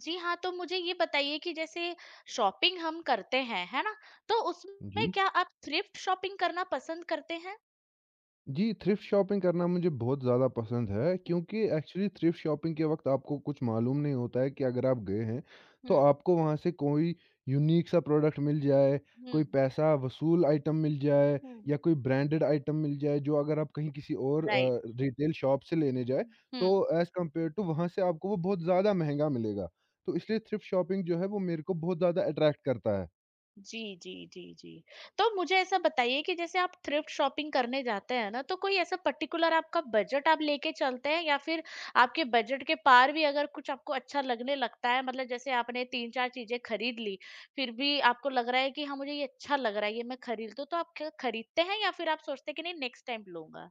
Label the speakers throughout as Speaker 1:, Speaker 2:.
Speaker 1: जी हाँ, तो मुझे ये बताइए कि जैसे शॉपिंग हम करते हैं, है ना? तो उसमें
Speaker 2: जी।
Speaker 1: क्या आप थ्रिफ्ट शॉपिंग करना पसंद करते हैं?
Speaker 2: जी, थ्रिफ्ट शॉपिंग करना मुझे बहुत ज़्यादा पसंद है
Speaker 1: हुँ,
Speaker 2: क्योंकि एक्चुअली थ्रिफ्ट शॉपिंग के वक़्त आपको कुछ मालूम नहीं होता है कि अगर
Speaker 1: हुँ,
Speaker 2: आप गए हैं, तो आपको वहाँ से कोई यूनिक सा प्रोडक्ट मिल जाए,
Speaker 1: हुँ,
Speaker 2: कोई
Speaker 1: हुँ।
Speaker 2: पैसा वसूल आइटम मिल जाए
Speaker 1: हुँ।
Speaker 2: या कोई ब्रांडेड आइटम मिल जाए जो अगर आप कहीं किसी और
Speaker 1: राइट,
Speaker 2: रिटेल शॉप से लेने जाएँ,
Speaker 1: हुँ।
Speaker 2: तो एज़ कम्पेयर टू वहाँ से आपको वो बहुत ज़्यादा महँगा मिलेगा। तो इसलिए थ्रिफ्ट शॉपिंग जो है वो मेरे को बहुत ज़्यादा अट्रैक्ट करता है।
Speaker 1: जी, जी, जी, जी। तो मुझे ऐसा बताइए कि जैसे आप थ्रिफ्ट शॉपिंग करने जाते हैं ना, तो कोई ऐसा पर्टिकुलर आपका बजट आप लेके चलते हैं या फिर आपके बजट के पार भी अगर कुछ आपको अच्छा लगने लगता है, मतलब जैसे आपने 3-4 चीज़ें खरीद ली, फिर भी आपको लग रहा है कि हाँ, मुझे ये अच्छा लग रहा है, ये मैं खरीद लूँ, तो आप क्या खरीदते हैं या फिर आप सोचते हैं कि नहीं नेक्स्ट टाइम लूँगा?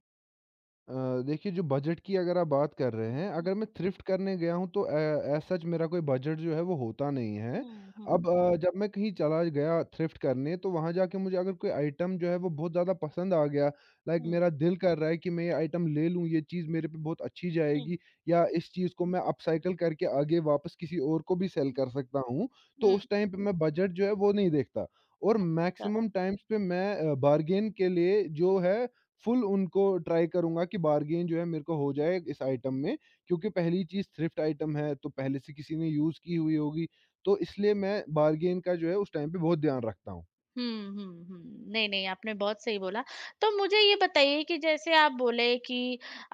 Speaker 2: अ, देखिए, जो बजट की अगर आप बात कर रहे
Speaker 1: हुँ,
Speaker 2: हैं,
Speaker 1: हुँ,
Speaker 2: अगर मैं थ्रिफ्ट करने गया हूँ, तो ए एज़ सच मेरा कोई बजट जो है वो होता नहीं है।
Speaker 1: हुँ,
Speaker 2: अब जब मैं कहीं चला गया थ्रिफ्ट करने, तो वहाँ जाके मुझे अगर कोई आइटम जो है वो बहुत ज़्यादा पसंद आ गया, लाइक
Speaker 1: हुँ,
Speaker 2: मेरा दिल कर रहा है कि मैं ये आइटम ले लूँ, ये चीज़ मेरे पे बहुत अच्छी
Speaker 1: हुँ,
Speaker 2: जाएगी या इस चीज़ को
Speaker 1: हुँ,
Speaker 2: मैं अपसाइकल करके आगे वापस किसी और को भी सेल
Speaker 1: हुँ,
Speaker 2: कर सकता हूँ, तो
Speaker 1: हुँ।
Speaker 2: उस टाइम पे हुँ। मैं बजट जो है वो नहीं देखता। और
Speaker 1: अच्छा।
Speaker 2: मैक्सिमम टाइम्स पे मैं बार्गेन के लिए जो है फुल उनको ट्राई करूँगा कि बार्गेन जो है मेरे को हो जाए इस आइटम में, क्योंकि पहली चीज़, थ्रिफ्ट आइटम है तो पहले से किसी ने यूज़ की हुई होगी। तो इसलिए मैं बार्गेन का जो है उस टाइम पे बहुत ध्यान रखता हूँ।
Speaker 1: हुँ, हुँ, हुँ। नहीं, नहीं आपने बहुत सही बोला। तो मुझे ये बताइए कि जैसे आप बोले कि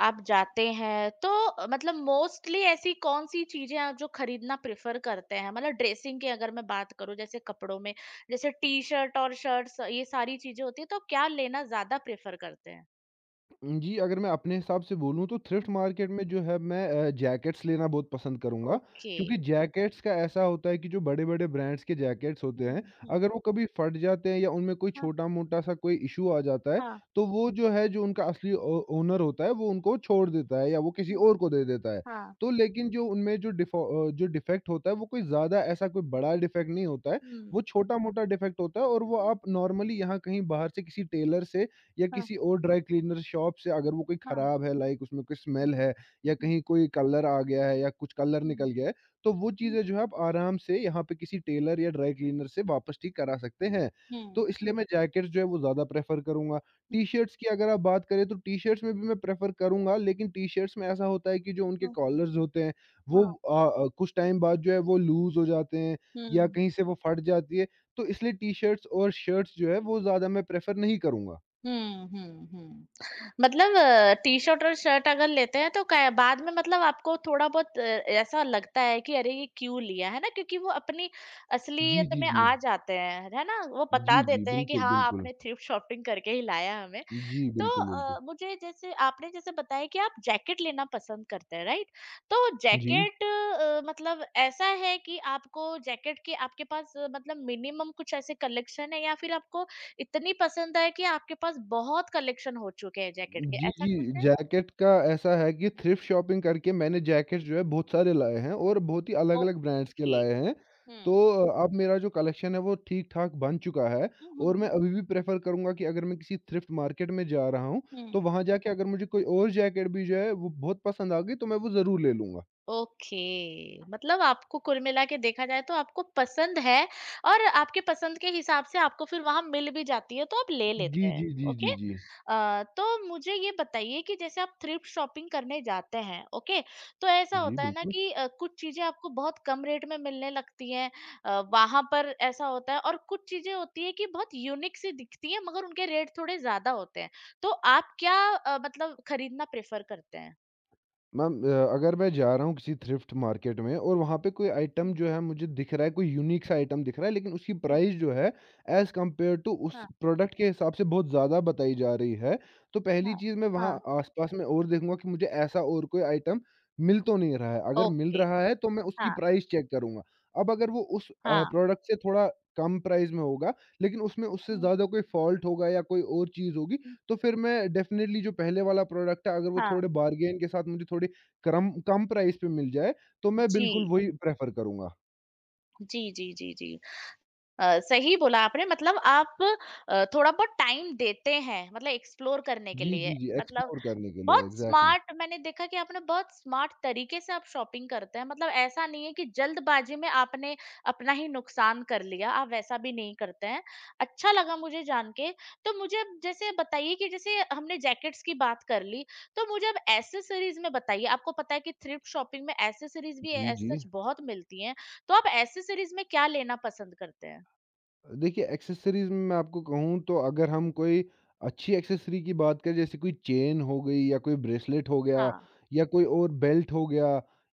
Speaker 1: आप जाते हैं तो मतलब मोस्टली ऐसी कौन-सी चीज़ें आप जो खरीदना प्रेफ़र करते हैं? मतलब ड्रेसिंग की अगर मैं बात करूँ जैसे कपड़ों में, जैसे टी-शर्ट और शर्ट्स ये सारी चीज़ें होती हैं तो आप क्या लेना ज़्यादा प्रेफ़र करते हैं?
Speaker 2: जी, अगर मैं अपने हिसाब से बोलूँ तो थ्रिफ्ट
Speaker 1: हुँ।
Speaker 2: मार्केट में जो है मैं जैकेट्स लेना बहुत पसंद करूँगा,
Speaker 1: ओके।
Speaker 2: क्योंकि जैकेट्स का ऐसा होता है कि जो बड़े-बड़े ब्रांड्स के जैकेट्स होते हैं,
Speaker 1: हुँ, हुँ।
Speaker 2: अगर वो कभी फट जाते हैं या उनमें कोई
Speaker 1: हाँ,
Speaker 2: छोटा-मोटा सा कोई इश्यू आ जाता है,
Speaker 1: हाँ,
Speaker 2: तो वो जो है, जो उनका असली ओ ओनर होता है, वो उनको छोड़ देता है या वो किसी
Speaker 1: हुँ,
Speaker 2: और को दे देता है।
Speaker 1: हाँ।
Speaker 2: तो लेकिन जो उनमें जो डिफेक्ट होता है, वो कोई ज़्यादा ऐसा कोई बड़ा डिफेक्ट नहीं होता है,
Speaker 1: हुँ।
Speaker 2: वो छोटा-मोटा डिफेक्ट होता है, और वो
Speaker 1: हुँ,
Speaker 2: आप नॉर्मली यहाँ कहीं बाहर से किसी टेलर से या
Speaker 1: हाँ,
Speaker 2: किसी और ड्राई क्लीनर शॉप से, अगर वो कोई
Speaker 1: हाँ।
Speaker 2: ख़राब है, लाइक उसमें कोई
Speaker 1: हुँ,
Speaker 2: स्मेल है या
Speaker 1: हुँ,
Speaker 2: कहीं कोई कलर आ गया है या कुछ कलर
Speaker 1: हुँ,
Speaker 2: निकल गया है, तो वो
Speaker 1: हुँ,
Speaker 2: चीज़ें जो है, आप आराम से यहाँ पे किसी टेलर या ड्राई क्लीनर से वापस ठीक करा सकते हैं।
Speaker 1: हुँ,
Speaker 2: तो इसलिए मैं जैकेट्स जो है वो ज़्यादा प्रेफ़र करूँगा।
Speaker 1: हुँ,
Speaker 2: टी-शर्ट्स की अगर आप बात करें, तो टी-शर्ट्स में भी मैं प्रेफ़र करूँगा, लेकिन टी-शर्ट्स में ऐसा होता है कि जो उनके
Speaker 1: हुँ,
Speaker 2: कॉलर्स होते हैं वो
Speaker 1: हाँ,
Speaker 2: कुछ टाइम बाद जो है वो लूज़ हो जाते हैं या
Speaker 1: हुँ।
Speaker 2: कहीं से वो फट जाती है। तो इसलिए टी-शर्ट्स और शर्ट्स जो है वो ज़्यादा मैं प्रेफ़र नहीं करूँगा।
Speaker 1: हुँ, हुँ, हुँ। मतलब टी-शर्ट और शर्ट अगर लेते हैं तो कै बाद में मतलब आपको थोड़ा-बहुत ऐसा लगता है कि अरे ये क्यों लिया, है ना? क्योंकि वो अपनी
Speaker 2: जी,
Speaker 1: असलियत
Speaker 2: जी,
Speaker 1: में
Speaker 2: जी।
Speaker 1: आ जाते हैं, है ना? वो बता
Speaker 2: जी, जी,
Speaker 1: देते हैं कि
Speaker 2: बिल्कुल,
Speaker 1: हाँ,
Speaker 2: बिल्कुल।
Speaker 1: आपने थ्रिफ्ट शॉपिंग करके ही लाया हमें।
Speaker 2: जी,
Speaker 1: तो
Speaker 2: बिल्कुल, बिल्कुल।
Speaker 1: मुझे जैसे आपने जैसे बताया कि आप जैकेट लेना पसंद करते हैं राइट, तो
Speaker 2: जी।
Speaker 1: जैकेट, मतलब ऐसा है कि आपको जैकेट के आपके पास मतलब मिनिमम कुछ ऐसे कलेक्शन है या फिर आपको इतनी पसंद है कि आपके पास बहुत कलेक्शन हो चुके हैं जैकेट के,
Speaker 2: जी,
Speaker 1: ऐसा कुछ
Speaker 2: जी,
Speaker 1: है?
Speaker 2: जैकेट का ऐसा है कि थ्रिफ्ट शॉपिंग करके मैंने जैकेट्स जो है बहुत सारे लाए हैं, और बहुत ही अलग-अलग ब्रांड्स के
Speaker 1: ओके।
Speaker 2: लाए हैं। तो
Speaker 1: हम्म,
Speaker 2: अब मेरा जो कलेक्शन है वो ठीक-ठाक बन चुका है,
Speaker 1: हम्म,
Speaker 2: और मैं अभी भी प्रेफ़र करूँगा कि अगर मैं किसी थ्रिफ्ट मार्केट में जा रहा हूँ, तो
Speaker 1: हम्म.
Speaker 2: वहाँ जाके अगर मुझे कोई और जैकेट भी जो है वो बहुत पसंद आ गई, तो मैं वो ज़रूर ले लूँगा।
Speaker 1: ओके। मतलब आपको कुल मिला के देखा जाए तो आपको पसंद है और आपके पसंद के हिसाब से आपको फिर वहां मिल भी जाती है तो आप ले
Speaker 2: जी,
Speaker 1: लेते हैं।
Speaker 2: जी, जी, जी,
Speaker 1: ओके।
Speaker 2: जी।
Speaker 1: तो मुझे ये बताइए कि जैसे आप थ्रिफ्ट शॉपिंग करने जाते हैं, ओके, तो ऐसा
Speaker 2: जी,
Speaker 1: होता है ना
Speaker 2: बिल्कुल।
Speaker 1: कि कुछ चीजें आपको बहुत कम रेट में मिलने लगती हैं वहां पर, ऐसा होता है। और कुछ चीजें होती है कि बहुत यूनिक सी दिखती है मगर उनके रेट थोड़े ज्यादा होते हैं, तो आप क्या, मतलब खरीदना प्रेफर करते हैं?
Speaker 2: मैम, अगर मैं जा रहा हूँ किसी थ्रिफ्ट मार्केट में, और वहाँ पे कोई आइटम जो है मुझे दिख रहा है, कोई यूनिक सा आइटम दिख रहा है, लेकिन उसकी
Speaker 1: जी,
Speaker 2: प्राइस जो है, एज़ कंपेयर टू उस
Speaker 1: हाँ,
Speaker 2: प्रोडक्ट के हिसाब से बहुत ज़्यादा बताई जा रही है, तो पहली
Speaker 1: हाँ,
Speaker 2: चीज़, मैं वहाँ
Speaker 1: हाँ,
Speaker 2: आसपास में और देखूंगा कि मुझे ऐसा और कोई आइटम मिल तो नहीं रहा है। अगर मिल
Speaker 1: ओके,
Speaker 2: रहा है, तो मैं उसकी
Speaker 1: हाँ,
Speaker 2: प्राइस चेक करूंगा। अब अगर वो उस
Speaker 1: हाँ।
Speaker 2: प्रोडक्ट से थोड़ा कम प्राइस में होगा, लेकिन उसमें उससे
Speaker 1: हुँ,
Speaker 2: ज़्यादा कोई फॉल्ट होगा या कोई और चीज़ होगी,
Speaker 1: हुँ,
Speaker 2: तो फिर मैं डेफ़िनेटली जो पहले वाला प्रोडक्ट है, अगर वो
Speaker 1: हाँ,
Speaker 2: थोड़े बार्गेन के साथ मुझे थोड़े क्रम कम प्राइस पे मिल जाए, तो मैं
Speaker 1: जी।
Speaker 2: बिल्कुल वही प्रेफ़र करूँगा।
Speaker 1: जी, जी, जी, जी। सही बोला आपने। मतलब आप थोड़ा बहुत टाइम देते हैं मतलब एक्सप्लोर करने के
Speaker 2: जी,
Speaker 1: लिए।
Speaker 2: जी, जी,
Speaker 1: मतलब
Speaker 2: एक्सप्लोर करने के लिए
Speaker 1: बहुत
Speaker 2: एग्ज़ैक्टली।
Speaker 1: स्मार्ट मैंने देखा कि आपने बहुत स्मार्ट तरीके से आप शॉपिंग करते हैं, मतलब ऐसा नहीं है कि जल्दबाजी में आपने अपना ही नुकसान कर लिया, आप वैसा भी नहीं करते हैं। अच्छा लगा मुझे जान के। तो मुझे अब जैसे बताइए कि जैसे हमने जैकेट्स की बात कर ली तो मुझे अब एसेसरीज में बताइए, आपको पता है कि थ्रिफ्ट शॉपिंग में एसेसरीज भी
Speaker 2: जी,
Speaker 1: एज
Speaker 2: जी।
Speaker 1: सच बहुत मिलती हैं, तो आप एसेसरीज में क्या लेना पसंद करते हैं?
Speaker 2: देखिए, एक्सेसरीज़ में मैं आपको कहूँ, तो अगर हम कोई अच्छी एक्सेसरी की बात करें, जैसे कोई चेन हो गई या कोई ब्रेसलेट हो गया
Speaker 1: हाँ,
Speaker 2: या कोई और बेल्ट हो गया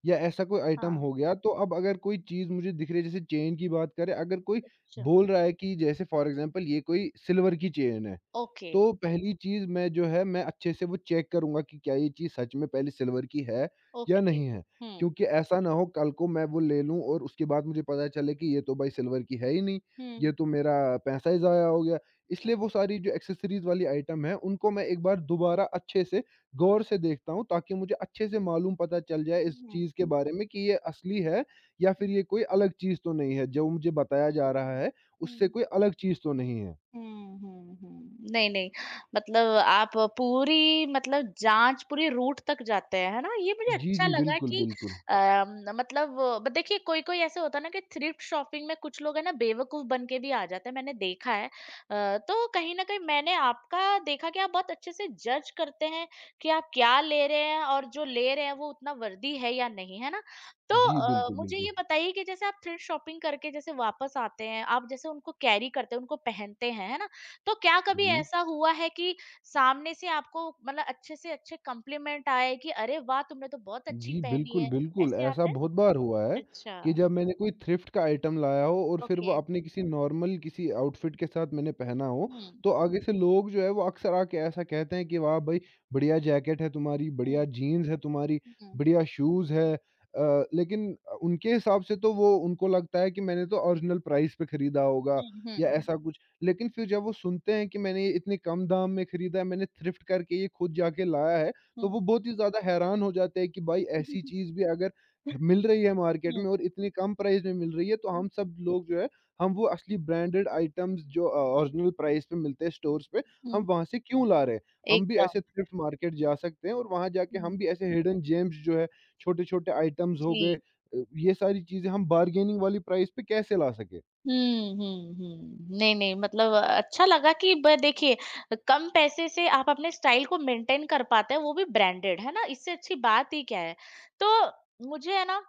Speaker 2: या ऐसा कोई आइटम
Speaker 1: हाँ,
Speaker 2: हो गया, तो अब अगर कोई चीज़ मुझे दिख रही है, जैसे चेन की बात करें, अगर कोई
Speaker 1: अच्छा,
Speaker 2: बोल रहा है कि जैसे फ़ॉर एग्ज़ाम्पल ये कोई सिल्वर की चेन है,
Speaker 1: ओके,
Speaker 2: तो पहली चीज़, मैं जो है, मैं अच्छे से वो चेक करूँगा कि क्या ये चीज़ सच में पहले सिल्वर की है या
Speaker 1: ओके।
Speaker 2: नहीं है?
Speaker 1: हुँ,
Speaker 2: क्योंकि ऐसा ना हो कल को मैं वो ले लूँ और उसके बाद मुझे पता चले कि ये तो भाई सिल्वर की है ही नहीं,
Speaker 1: हुँ,
Speaker 2: ये तो
Speaker 1: हुँ,
Speaker 2: मेरा पैसा ही ज़ाया हो गया। इसलिए
Speaker 1: हुँ,
Speaker 2: वो सारी जो एक्सेसरीज़ वाली आइटम है, उनको मैं एक बार दोबारा अच्छे से गौर से देखता हूँ, ताकि मुझे अच्छे से मालूम पता चल जाए इस
Speaker 1: हुँ,
Speaker 2: चीज़ के बारे में कि ये असली है या फिर ये कोई अलग चीज़ तो नहीं है, जो मुझे बताया जा रहा है उससे
Speaker 1: हुँ।
Speaker 2: कोई अलग चीज़ तो नहीं है।
Speaker 1: हुँ, हुँ, हुँ। नहीं, नहीं, मतलब आप पूरी, मतलब जाँच पूरी रूट तक जाते हैं, है ना? ये मुझे
Speaker 2: जी,
Speaker 1: अच्छा
Speaker 2: जी।
Speaker 1: लगा
Speaker 2: बिल्कुल,
Speaker 1: कि
Speaker 2: बिल्कुल।
Speaker 1: अम, मतलब ब देखिए कोई-कोई ऐसे होता है ना कि थ्रिफ्ट शॉपिंग में कुछ लोग है ना बेवकूफ़ बन के भी आ जाते हैं, मैंने देखा है। तो कहीं न कहीं मैंने आपका देखा कि आप बहुत अच्छे से जज करते हैं कि आप क्या ले रहे हैं और जो ले रहे हैं वो उतना वर्दी है या नहीं, है ना? तो
Speaker 2: जी, बिल्कुल,
Speaker 1: मुझे
Speaker 2: बिल्कुल।
Speaker 1: ये बताइए कि जैसे आप थ्रिफ्ट शॉपिंग करके जैसे वापस आते हैं, आप जैसे उनको कैरी करते हैं, उनको पहनते हैं, है ना? तो क्या कभी
Speaker 2: जी,
Speaker 1: ऐसा हुआ है कि सामने से आपको मतलब अच्छे से अच्छे कॉम्प्लीमेंट आए कि अरे वाह! तुमने तो बहुत अच्छी
Speaker 2: जी,
Speaker 1: पहनी
Speaker 2: बिल्कुल,
Speaker 1: है,
Speaker 2: बिल्कुल,
Speaker 1: ऐसे
Speaker 2: ऐसा
Speaker 1: आते हैं?
Speaker 2: बहुत बार हुआ है
Speaker 1: अच्छा,
Speaker 2: कि जब मैंने कोई थ्रिफ्ट का आइटम लाया हो, और फिर
Speaker 1: ओके।
Speaker 2: वो अपने किसी नॉर्मल किसी आउटफिट के साथ मैंने पहना हो,
Speaker 1: हुँ,
Speaker 2: तो आगे से लोग जो है वो अक्सर आके ऐसा कहते हैं कि वाह भई, बढ़िया जैकेट है तुम्हारी, बढ़िया
Speaker 1: हुँ,
Speaker 2: जीन्स है तुम्हारी,
Speaker 1: हुँ, हुँ,
Speaker 2: बढ़िया शूज़ है। लेकिन उनके हिसाब से तो वो, उनको लगता है कि मैंने तो ओरिजिनल प्राइस पे खरीदा होगा
Speaker 1: हुँ,
Speaker 2: या
Speaker 1: हुँ,
Speaker 2: ऐसा कुछ। लेकिन फिर जब वो सुनते हैं कि मैंने ये इतने कम दाम में खरीदा है, मैंने थ्रिफ्ट करके ये खुद जाके लाया है, तो वो
Speaker 1: हुँ,
Speaker 2: बहुत ही ज़्यादा हैरान हो जाते हैं कि भाई, ऐसी चीज़ भी अगर मिल रही है मार्केट
Speaker 1: हुँ,
Speaker 2: में, और इतने कम प्राइस में मिल रही है, तो
Speaker 1: हुँ,
Speaker 2: हम सब लोग जो है, हम वो असली ब्रांडेड आइटम्स जो ओरिजिनल प्राइस पे मिलते हैं स्टोर्स पे, हम
Speaker 1: हुँ,
Speaker 2: वहाँ से क्यों ला रहे हैं? हम भी ऐसे
Speaker 1: एकदम।
Speaker 2: थ्रिफ्ट मार्केट जा सकते हैं, और वहाँ जाके हम
Speaker 1: हुँ,
Speaker 2: भी ऐसे हिडन जेम्स जो है, छोटे छोटे आइटम्स हो गए,
Speaker 1: जी।
Speaker 2: ये सारी चीज़ें हम बार्गेनिंग वाली प्राइस पे कैसे ला सके।
Speaker 1: हुँ, हुँ, हुँ। नहीं, नहीं, मतलब अच्छा लगा कि ब देखिए कम पैसे से आप अपने स्टाइल को मेंटेन कर पाते हैं, वो भी ब्रांडेड, है ना? इससे अच्छी बात ही क्या है। तो मुझे है ना,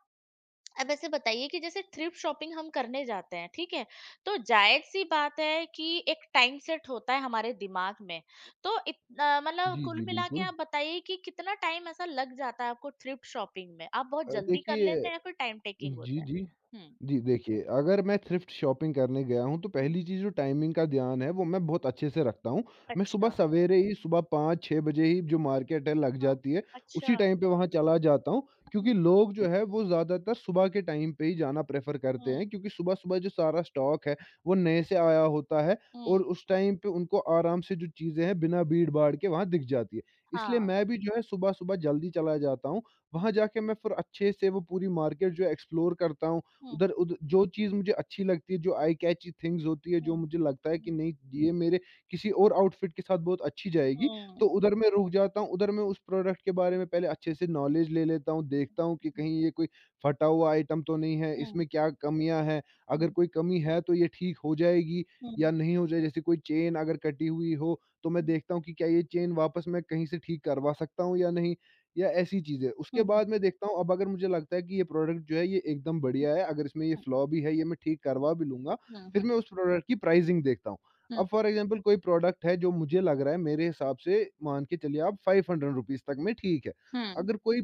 Speaker 1: अब ऐसे बताइए कि जैसे थ्रिफ्ट शॉपिंग हम करने जाते हैं, ठीक है? तो जायज़-सी बात है कि एक टाइम सेट होता है हमारे दिमाग में। तो मतलब
Speaker 2: जी,
Speaker 1: कुल
Speaker 2: जी,
Speaker 1: मिला के
Speaker 2: बिल्कुल।
Speaker 1: आप बताइए कि कितना टाइम ऐसा लग जाता है आपको थ्रिफ्ट शॉपिंग में? आप बहुत
Speaker 2: अ,
Speaker 1: जल्दी कर लेते
Speaker 2: देखिए
Speaker 1: हैं या फिर टाइम टेकिंग
Speaker 2: जी,
Speaker 1: होता है?
Speaker 2: जी,
Speaker 1: हुँ।
Speaker 2: जी, देखिए, अगर मैं थ्रिफ्ट शॉपिंग करने गया हूँ, तो
Speaker 1: हुँ।
Speaker 2: पहली चीज़, जो टाइमिंग का ध्यान है, वो मैं बहुत अच्छे से रखता हूँ। मैं सुबह
Speaker 1: अच्छा।
Speaker 2: सवेरे ही, सुबह 5-6 बजे ही जो मार्केट है लग
Speaker 1: हाँ,
Speaker 2: जाती है,
Speaker 1: अच्छा।
Speaker 2: उसी टाइम पे वहाँ चला जाता हूँ,
Speaker 1: हुँ,
Speaker 2: क्योंकि लोग जो है वो ज़्यादातर सुबह के टाइम पे ही जाना प्रेफ़र करते
Speaker 1: हुँ,
Speaker 2: हैं, क्योंकि सुबह-सुबह जो सारा स्टॉक है, वो नए से आया होता है,
Speaker 1: हुँ,
Speaker 2: और उस टाइम पे उनको आराम से जो चीज़ें हैं, बिना भीड़-भाड़ के वहाँ दिख जाती है। इसलिए
Speaker 1: हाँ।
Speaker 2: मैं भी जो है सुबह-सुबह जल्दी चला जाता हूँ,
Speaker 1: हुँ,
Speaker 2: वहाँ जाके मैं फिर अच्छे से वो पूरी मार्केट जो है एक्सप्लोर करता हूँ।
Speaker 1: हुँ,
Speaker 2: उधर उध जो चीज़ मुझे अच्छी लगती है, जो आई कैची थिंग्स होती है, जो
Speaker 1: हुँ,
Speaker 2: मुझे लगता है कि
Speaker 1: हुँ,
Speaker 2: नहीं, ये मेरे किसी और आउटफिट के साथ बहुत अच्छी जाएगी, तो
Speaker 1: हुँ,
Speaker 2: उधर मैं रुक जाता हूँ, उधर मैं उस प्रोडक्ट के बारे में पहले अच्छे से नॉलेज ले लेता हूँ, देखता हूँ कि कहीं ये कोई फटा हुआ आइटम तो नहीं है,
Speaker 1: हुँ,
Speaker 2: इसमें क्या कमियाँ हैं? अगर
Speaker 1: हुँ,
Speaker 2: कोई कमी है तो ये ठीक हो जाएगी
Speaker 1: हुँ,
Speaker 2: या
Speaker 1: हुँ,
Speaker 2: नहीं हो जाए, जैसे कोई चेन अगर कटी हुई हो, तो मैं
Speaker 1: हुँ,
Speaker 2: देखता हूँ कि क्या ये चेन वापस मैं कहीं से ठीक करवा सकता हूँ या नहीं? या ऐसी चीज़ें। उसके
Speaker 1: हुँ, हुँ,
Speaker 2: बाद मैं देखता हूँ, अब अगर मुझे लगता है कि ये प्रोडक्ट जो है ये एकदम बढ़िया है, अगर इसमें ये फ्लॉ भी है, ये मैं ठीक करवा भी लूँगा,
Speaker 1: हुँ, हुँ, हुँ,
Speaker 2: फिर
Speaker 1: हुँ,
Speaker 2: मैं उस प्रोडक्ट की प्राइज़िंग देखता हूँ। अब फॉर एग्ज़ाम्पल कोई प्रोडक्ट है जो मुझे लग रहा है, मेरे हिसाब से मान के चलिए आप ₹500 तक में ठीक है।
Speaker 1: हुँ,
Speaker 2: अगर कोई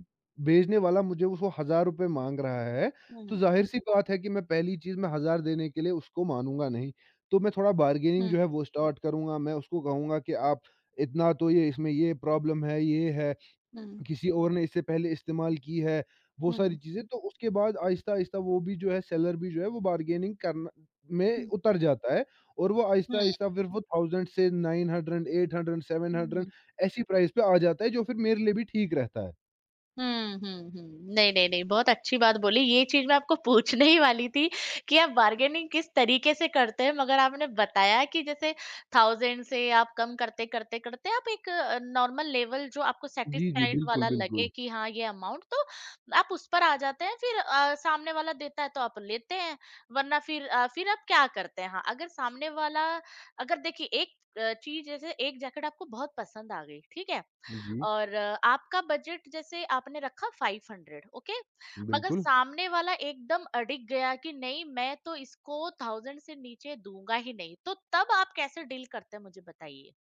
Speaker 2: भेजने वाला मुझे उसको ₹1000 माँग रहा है, तो
Speaker 1: हुँ,
Speaker 2: ज़ाहिर-सी बात है कि मैं पहली चीज़ मैं 1000 देने के लिए उसको मानूँगा नहीं। तो मैं थोड़ा बार्गेनिंग
Speaker 1: हुँ,
Speaker 2: जो है वो स्टार्ट करूँगा, मैं उसको कहूँगा कि आप इतना तो, ये इसमें ये प्रॉब्लम है, ये है। किसी और ने इससे पहले इस्तेमाल की है, वो सारी
Speaker 1: हुँ,
Speaker 2: चीज़ें। तो उसके बाद आहिस्ता-आहिस्ता वो भी जो है, सेलर भी जो है वो बार्गेनिंग करना में
Speaker 1: हुँ,
Speaker 2: उतर जाता है और वो आहिस्ता-आहिस्ता फिर वो 1000 से 900, 800, 700
Speaker 1: हुँ।
Speaker 2: ऐसी प्राइस पे आ जाता है, जो फिर मेरे लिए भी ठीक रहता है।
Speaker 1: हुँ, हुँ, हुँ। नहीं, नहीं, नहीं, बहुत अच्छी बात बोली। ये चीज़ मैं आपको पूछने ही वाली थी कि आप बार्गेनिंग किस तरीके से करते हैं, मगर आपने बताया कि जैसे 1000 से आप कम करते, करते, करते आप एक नॉर्मल लेवल, जो आपको
Speaker 2: जी, जी।
Speaker 1: सैटिस्फाइड
Speaker 2: बिल्कुल,
Speaker 1: वाला लगे,
Speaker 2: बिल्कुल।
Speaker 1: कि हाँ, ये अमाउंट तो, आप उस पर आ जाते हैं, फिर सामने वाला देता है तो आप लेते हैं, वरना फिर फिर आप क्या करते हैं? हाँ, अगर सामने वाला, अगर देखिए एक चीज़ जैसे एक जैकेट आपको बहुत पसंद आ गई, ठीक है?
Speaker 2: जी,
Speaker 1: और आपका बजट जैसे आपने रखा 500, ओके, मगर
Speaker 2: बिल्कुल।
Speaker 1: सामने वाला एकदम अड़िग गया कि नहीं मैं तो इसको 1000 से नीचे दूंगा ही नहीं, तो तब आप कैसे डील करते हैं मुझे बताइए।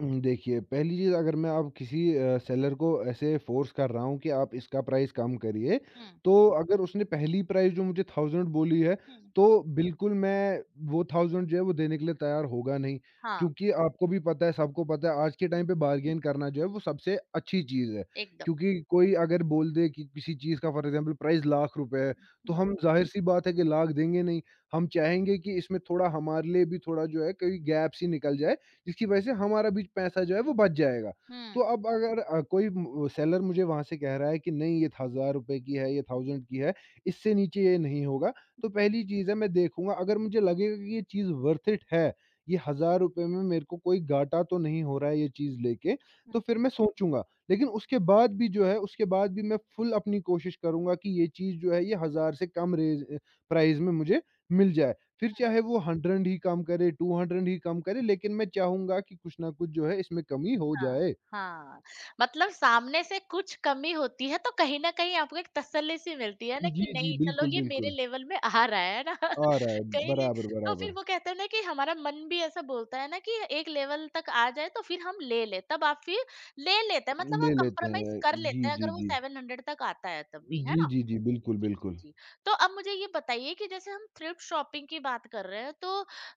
Speaker 2: देखिए, पहली चीज़, अगर मैं अब किसी सेलर को ऐसे फ़ोर्स कर रहा हूँ कि आप इसका प्राइस कम करिए,
Speaker 1: हम्म,
Speaker 2: तो अगर उसने पहली प्राइस जो मुझे 1000 बोली है,
Speaker 1: हम्म,
Speaker 2: तो बिल्कुल मैं वो 1000 जो है वो देने के लिए तैयार होगा नहीं।
Speaker 1: हाँ,
Speaker 2: क्योंकि आपको भी पता है, सबको पता है, आज के टाइम पे बार्गेन करना जो है वो सबसे अच्छी चीज़ है।
Speaker 1: एकदम,
Speaker 2: क्योंकि कोई अगर बोल दे कि किसी चीज़ का फॉर एग्ज़ाम्पल प्राइस लाख रुपए है, तो
Speaker 1: हम्म,
Speaker 2: हम ज़ाहिर-सी बात है कि लाख देंगे नहीं। हम चाहेंगे कि इसमें थोड़ा, हमारे लिए भी थोड़ा जो है कोई गैप सी निकल जाए, जिसकी वजह से हमारा भी पैसा जो है वो बच जाएगा। तो
Speaker 1: हम्म,
Speaker 2: अब अगर कोई म सेलर मुझे वहाँ से कह रहा है कि नहीं ये ₹1000 की है, ये 1000 की है, इससे नीचे ये नहीं होगा। तो पहली चीज़ है, मैं देखूँगा अगर मुझे लगेगा कि ये चीज़ वर्थ इट है, ये ₹1000 में मेरे को कोई घाटा तो नहीं हो रहा है ये चीज़ लेके,
Speaker 1: हम्म,
Speaker 2: तो फिर मैं सोचूँगा। लेकिन उसके बाद भी जो है, उसके बाद भी मैं फुल अपनी कोशिश करूँगा कि ये चीज़ जो है ये 1000 से कम रेज़ प्राइस में मुझे मिल जाए। फिर चाहे वो 100 ही कम करे, 200 ही कम करे, लेकिन मैं चाहूँगा कि कुछ ना कुछ जो है इसमें कमी हो
Speaker 1: हाँ,
Speaker 2: जाए।
Speaker 1: हाँ, मतलब सामने से कुछ कमी होती है तो कहीं न कहीं आपको एक तसल्ली सी मिलती है ना
Speaker 2: जी,
Speaker 1: कि
Speaker 2: जी,
Speaker 1: नहीं चलो
Speaker 2: बिल्कुल,
Speaker 1: ये मेरे
Speaker 2: बिल्कुल।
Speaker 1: लेवल में आ रहा है ना
Speaker 2: आ रहा है,
Speaker 1: कहीं ले,
Speaker 2: बराबर,
Speaker 1: तो फिर
Speaker 2: बराबर।
Speaker 1: वो कहते हैं ना कि हमारा मन भी ऐसा बोलता है ना कि एक लेवल तक आ जाए तो फिर हम ले ले, तब आप फिर ले लेते हैं मतलब हम
Speaker 2: ले लेते
Speaker 1: कॉम्प्रोमाइज़
Speaker 2: हैं।
Speaker 1: कर
Speaker 2: जी,
Speaker 1: लेते हैं,
Speaker 2: जी,
Speaker 1: अगर वो
Speaker 2: जी।
Speaker 1: 700 तक आता है तब भी, है
Speaker 2: जी,
Speaker 1: ना?
Speaker 2: जी, जी, बिल्कुल,
Speaker 1: जी, जी,
Speaker 2: बिल्कुल।
Speaker 1: जी। तो अब मुझे ये बताइए कि जैसे हम थ्रिफ्ट शॉपिंग की बात कर रहे हैं, तो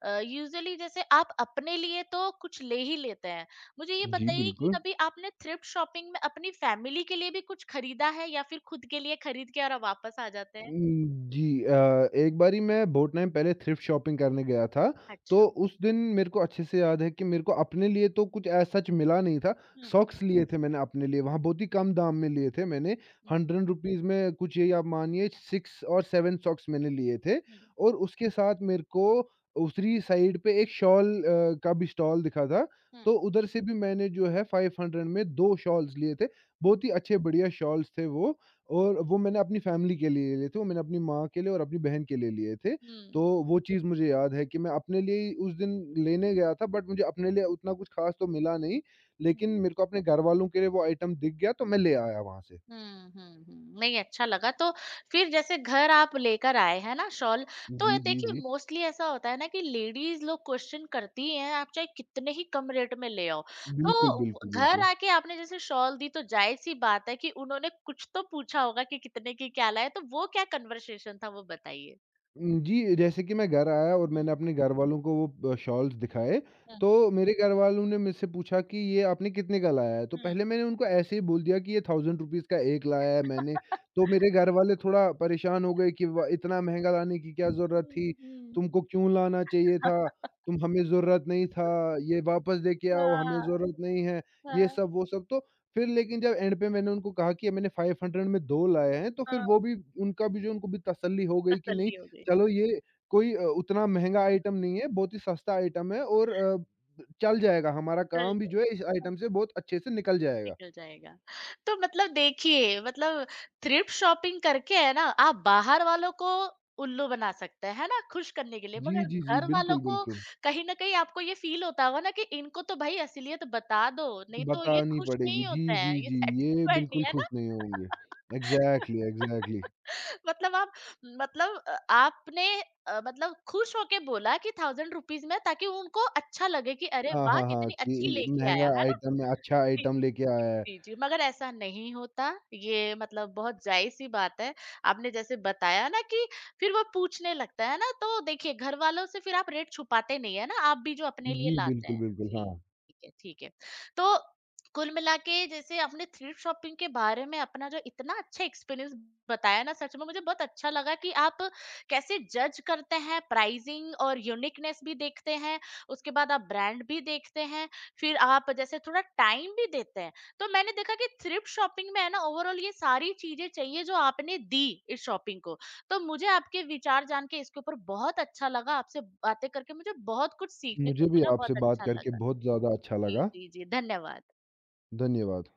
Speaker 1: यूजुअली जैसे आप अपने लिए तो कुछ ले ही लेते हैं। मुझे ये
Speaker 2: जी,
Speaker 1: बताइए कि
Speaker 2: बिल्कुल।
Speaker 1: कभी आपने थ्रिफ्ट शॉपिंग में अपनी फैमिली के लिए भी कुछ खरीदा है या फिर खुद के लिए खरीद के और वापस आ जाते हैं?
Speaker 2: जी एक बारी मैं बहुत टाइम पहले थ्रिफ्ट शॉपिंग करने गया था, तो
Speaker 1: अच्छा।
Speaker 2: उस दिन मेरे को अच्छे से याद है कि मेरे को अपने लिए तो कुछ ऐसा सच मिला नहीं था।
Speaker 1: हुँ,
Speaker 2: सॉक्स लिए थे मैंने अपने लिए, वहाँ बहुत ही कम दाम में लिए थे मैंने,
Speaker 1: हुँ,
Speaker 2: ₹100 में कुछ ये आप मानिए 6 और 7 सॉक्स मैंने लिए थे,
Speaker 1: हुँ,
Speaker 2: और उसके साथ मेरे को दूसरी साइड पे एक शॉल का भी स्टॉल दिखा था,
Speaker 1: हुँ,
Speaker 2: तो उधर से भी मैंने जो है 500 में 2 शॉल्स लिए थे। बहुत ही अच्छे बढ़िया शॉल्स थे वो, और वो मैंने अपनी फैमिली के लिए लिए थे, वो मैंने अपनी माँ के लिए और अपनी बहन के लिए लिए थे। तो
Speaker 1: हुँ,
Speaker 2: वो चीज़ मुझे याद है कि मैं अपने लिए ही उस दिन लेने गया था, बट मुझे अपने
Speaker 1: हुँ।
Speaker 2: लिए उतना कुछ ख़ास तो मिला नहीं, लेकिन मेरे को अपने घरवालों के लिए वो आइटम दिख गया, तो मैं ले आया वहाँ से।
Speaker 1: हुँ, हुँ, हुँ। नहीं, अच्छा लगा तो, फिर जैसे घर आप लेकर आए, है ना शॉल, तो ये
Speaker 2: जी, जी,
Speaker 1: देखिए
Speaker 2: जी।
Speaker 1: मोस्टली ऐसा होता है ना कि लेडीज़ लोग क्वेश्चन करती हैं, आप चाहे कितने ही कम रेट में ले आओ।
Speaker 2: बिल्कुल, बिल्कुल,
Speaker 1: तो घर
Speaker 2: बिल्कुल।
Speaker 1: आके आपने जैसे शॉल दी तो जाहिर-सी बात है कि उन्होंने कुछ तो पूछा होगा कि कितने की क्या लाए, तो वो क्या कन्वर्सेशन था वो बताइए?
Speaker 2: जी, जैसे कि मैं घर आया और
Speaker 1: हुँ,
Speaker 2: मैंने अपने घरवालों को वो शॉल्स दिखाए,
Speaker 1: हुँ।
Speaker 2: तो मेरे घरवालों ने मुझसे पूछा कि, "ये आपने कितने का लाया है?" तो
Speaker 1: हुँ।
Speaker 2: पहले मैंने उनको ऐसे ही बोल दिया कि ये थाउज़ेंड रुपीज़ का एक लाया है मैंने, तो मेरे घरवाले थोड़ा परेशान हो गए कि व इतना महँगा लाने की क्या ज़रूरत थी?
Speaker 1: हुँ, हुँ।
Speaker 2: तुमको क्यों लाना चाहिए था?
Speaker 1: हाँ।
Speaker 2: तुम हमें ज़रूरत नहीं था, ये वापस दे के आओ, हमें
Speaker 1: हाँ,
Speaker 2: ज़रूरत नहीं है, ये
Speaker 1: हाँ,
Speaker 2: सब, वो सब। तो फिर, लेकिन जब एंड पे मैंने उनको कहा कि मैंने 500 में 2 लाए हैं, तो फिर
Speaker 1: हाँ।
Speaker 2: वो भी, उनका भी जो, उनको भी तसल्ली हो गई कि नहीं,
Speaker 1: तसल्ली हो गई।
Speaker 2: चलो ये कोई उतना महँगा आइटम नहीं है, बहुत ही सस्ता आइटम है और चल जाएगा, हमारा
Speaker 1: चल
Speaker 2: काम भी जो है इस
Speaker 1: जाए।
Speaker 2: आइटम से बहुत अच्छे से निकल जाएगा।
Speaker 1: निकल जाएगा। तो मतलब देखिए, मतलब थ्रिफ्ट शॉपिंग करके है ना आप बाहर वालों को उल्लू बना सकते हैं, है ना? खुश करने के लिए,
Speaker 2: जी,
Speaker 1: मगर
Speaker 2: जी, जी।
Speaker 1: घर वालों
Speaker 2: बिल्कुल,
Speaker 1: को
Speaker 2: बिल्कुल।
Speaker 1: कहीं न कहीं आपको ये फ़ील होता होगा ना कि इनको तो भाई असलियत बता दो, नहीं तो ये
Speaker 2: बतानी
Speaker 1: खुश
Speaker 2: पड़ेगी।
Speaker 1: नहीं
Speaker 2: जी,
Speaker 1: होते
Speaker 2: जी,
Speaker 1: हैं, ये
Speaker 2: जी। ये
Speaker 1: सेटिस्फाइड नहीं,
Speaker 2: बिल्कुल
Speaker 1: है
Speaker 2: खुश
Speaker 1: ना?
Speaker 2: नहीं होंगे। Exactly, exactly.
Speaker 1: मतलब आप, मतलब आपने मतलब खुश होके बोला कि ₹1000 में, ताकि उनको अच्छा लगे कि अरे
Speaker 2: हाँ,
Speaker 1: वाह!
Speaker 2: हाँ, हाँ,
Speaker 1: कितनी अच्छी
Speaker 2: कि
Speaker 1: लेके
Speaker 2: महँगा
Speaker 1: आया, है ना?
Speaker 2: आइटम है, अच्छा
Speaker 1: जी,
Speaker 2: आइटम लेके
Speaker 1: जी,
Speaker 2: आया है।
Speaker 1: जी, जी, मगर ऐसा नहीं होता, ये मतलब बहुत जायज़-सी बात है। आपने जैसे बताया ना कि फिर वो पूछने लगता है ना, तो देखिए घरवालों से फिर आप रेट छुपाते नहीं, है ना, आप भी जो अपने लिए
Speaker 2: जी,
Speaker 1: लाते
Speaker 2: बिल्कुल,
Speaker 1: हैं।
Speaker 2: बिल्कुल, हाँ।
Speaker 1: ठीक है, ठीक है। तो कुल मिला के जैसे आपने थ्रिफ्ट शॉपिंग के बारे में अपना जो इतना अच्छा एक्सपीरियंस बताया ना, सच में मुझे बहुत अच्छा लगा कि आप कैसे जज करते हैं, प्राइसिंग और यूनिकनेस भी देखते हैं, उसके बाद आप ब्रांड भी देखते हैं, फिर आप जैसे थोड़ा टाइम भी देते हैं। तो मैंने देखा कि थ्रिफ्ट शॉपिंग में है ना ओवरऑल ये सारी चीजें चाहिए जो आपने दी इस शॉपिंग को। तो मुझे आपके विचार जान के इसके ऊपर बहुत अच्छा लगा, आपसे बातें करके मुझे बहुत कुछ सीखने
Speaker 2: मुझे
Speaker 1: को
Speaker 2: भी
Speaker 1: मिला,
Speaker 2: आपसे
Speaker 1: बहुत
Speaker 2: बात
Speaker 1: अच्छा
Speaker 2: करके
Speaker 1: लगा।
Speaker 2: बहुत ज़्यादा अच्छा
Speaker 1: जी,
Speaker 2: लगा।
Speaker 1: जी, जी, धन्यवाद।
Speaker 2: धन्यवाद।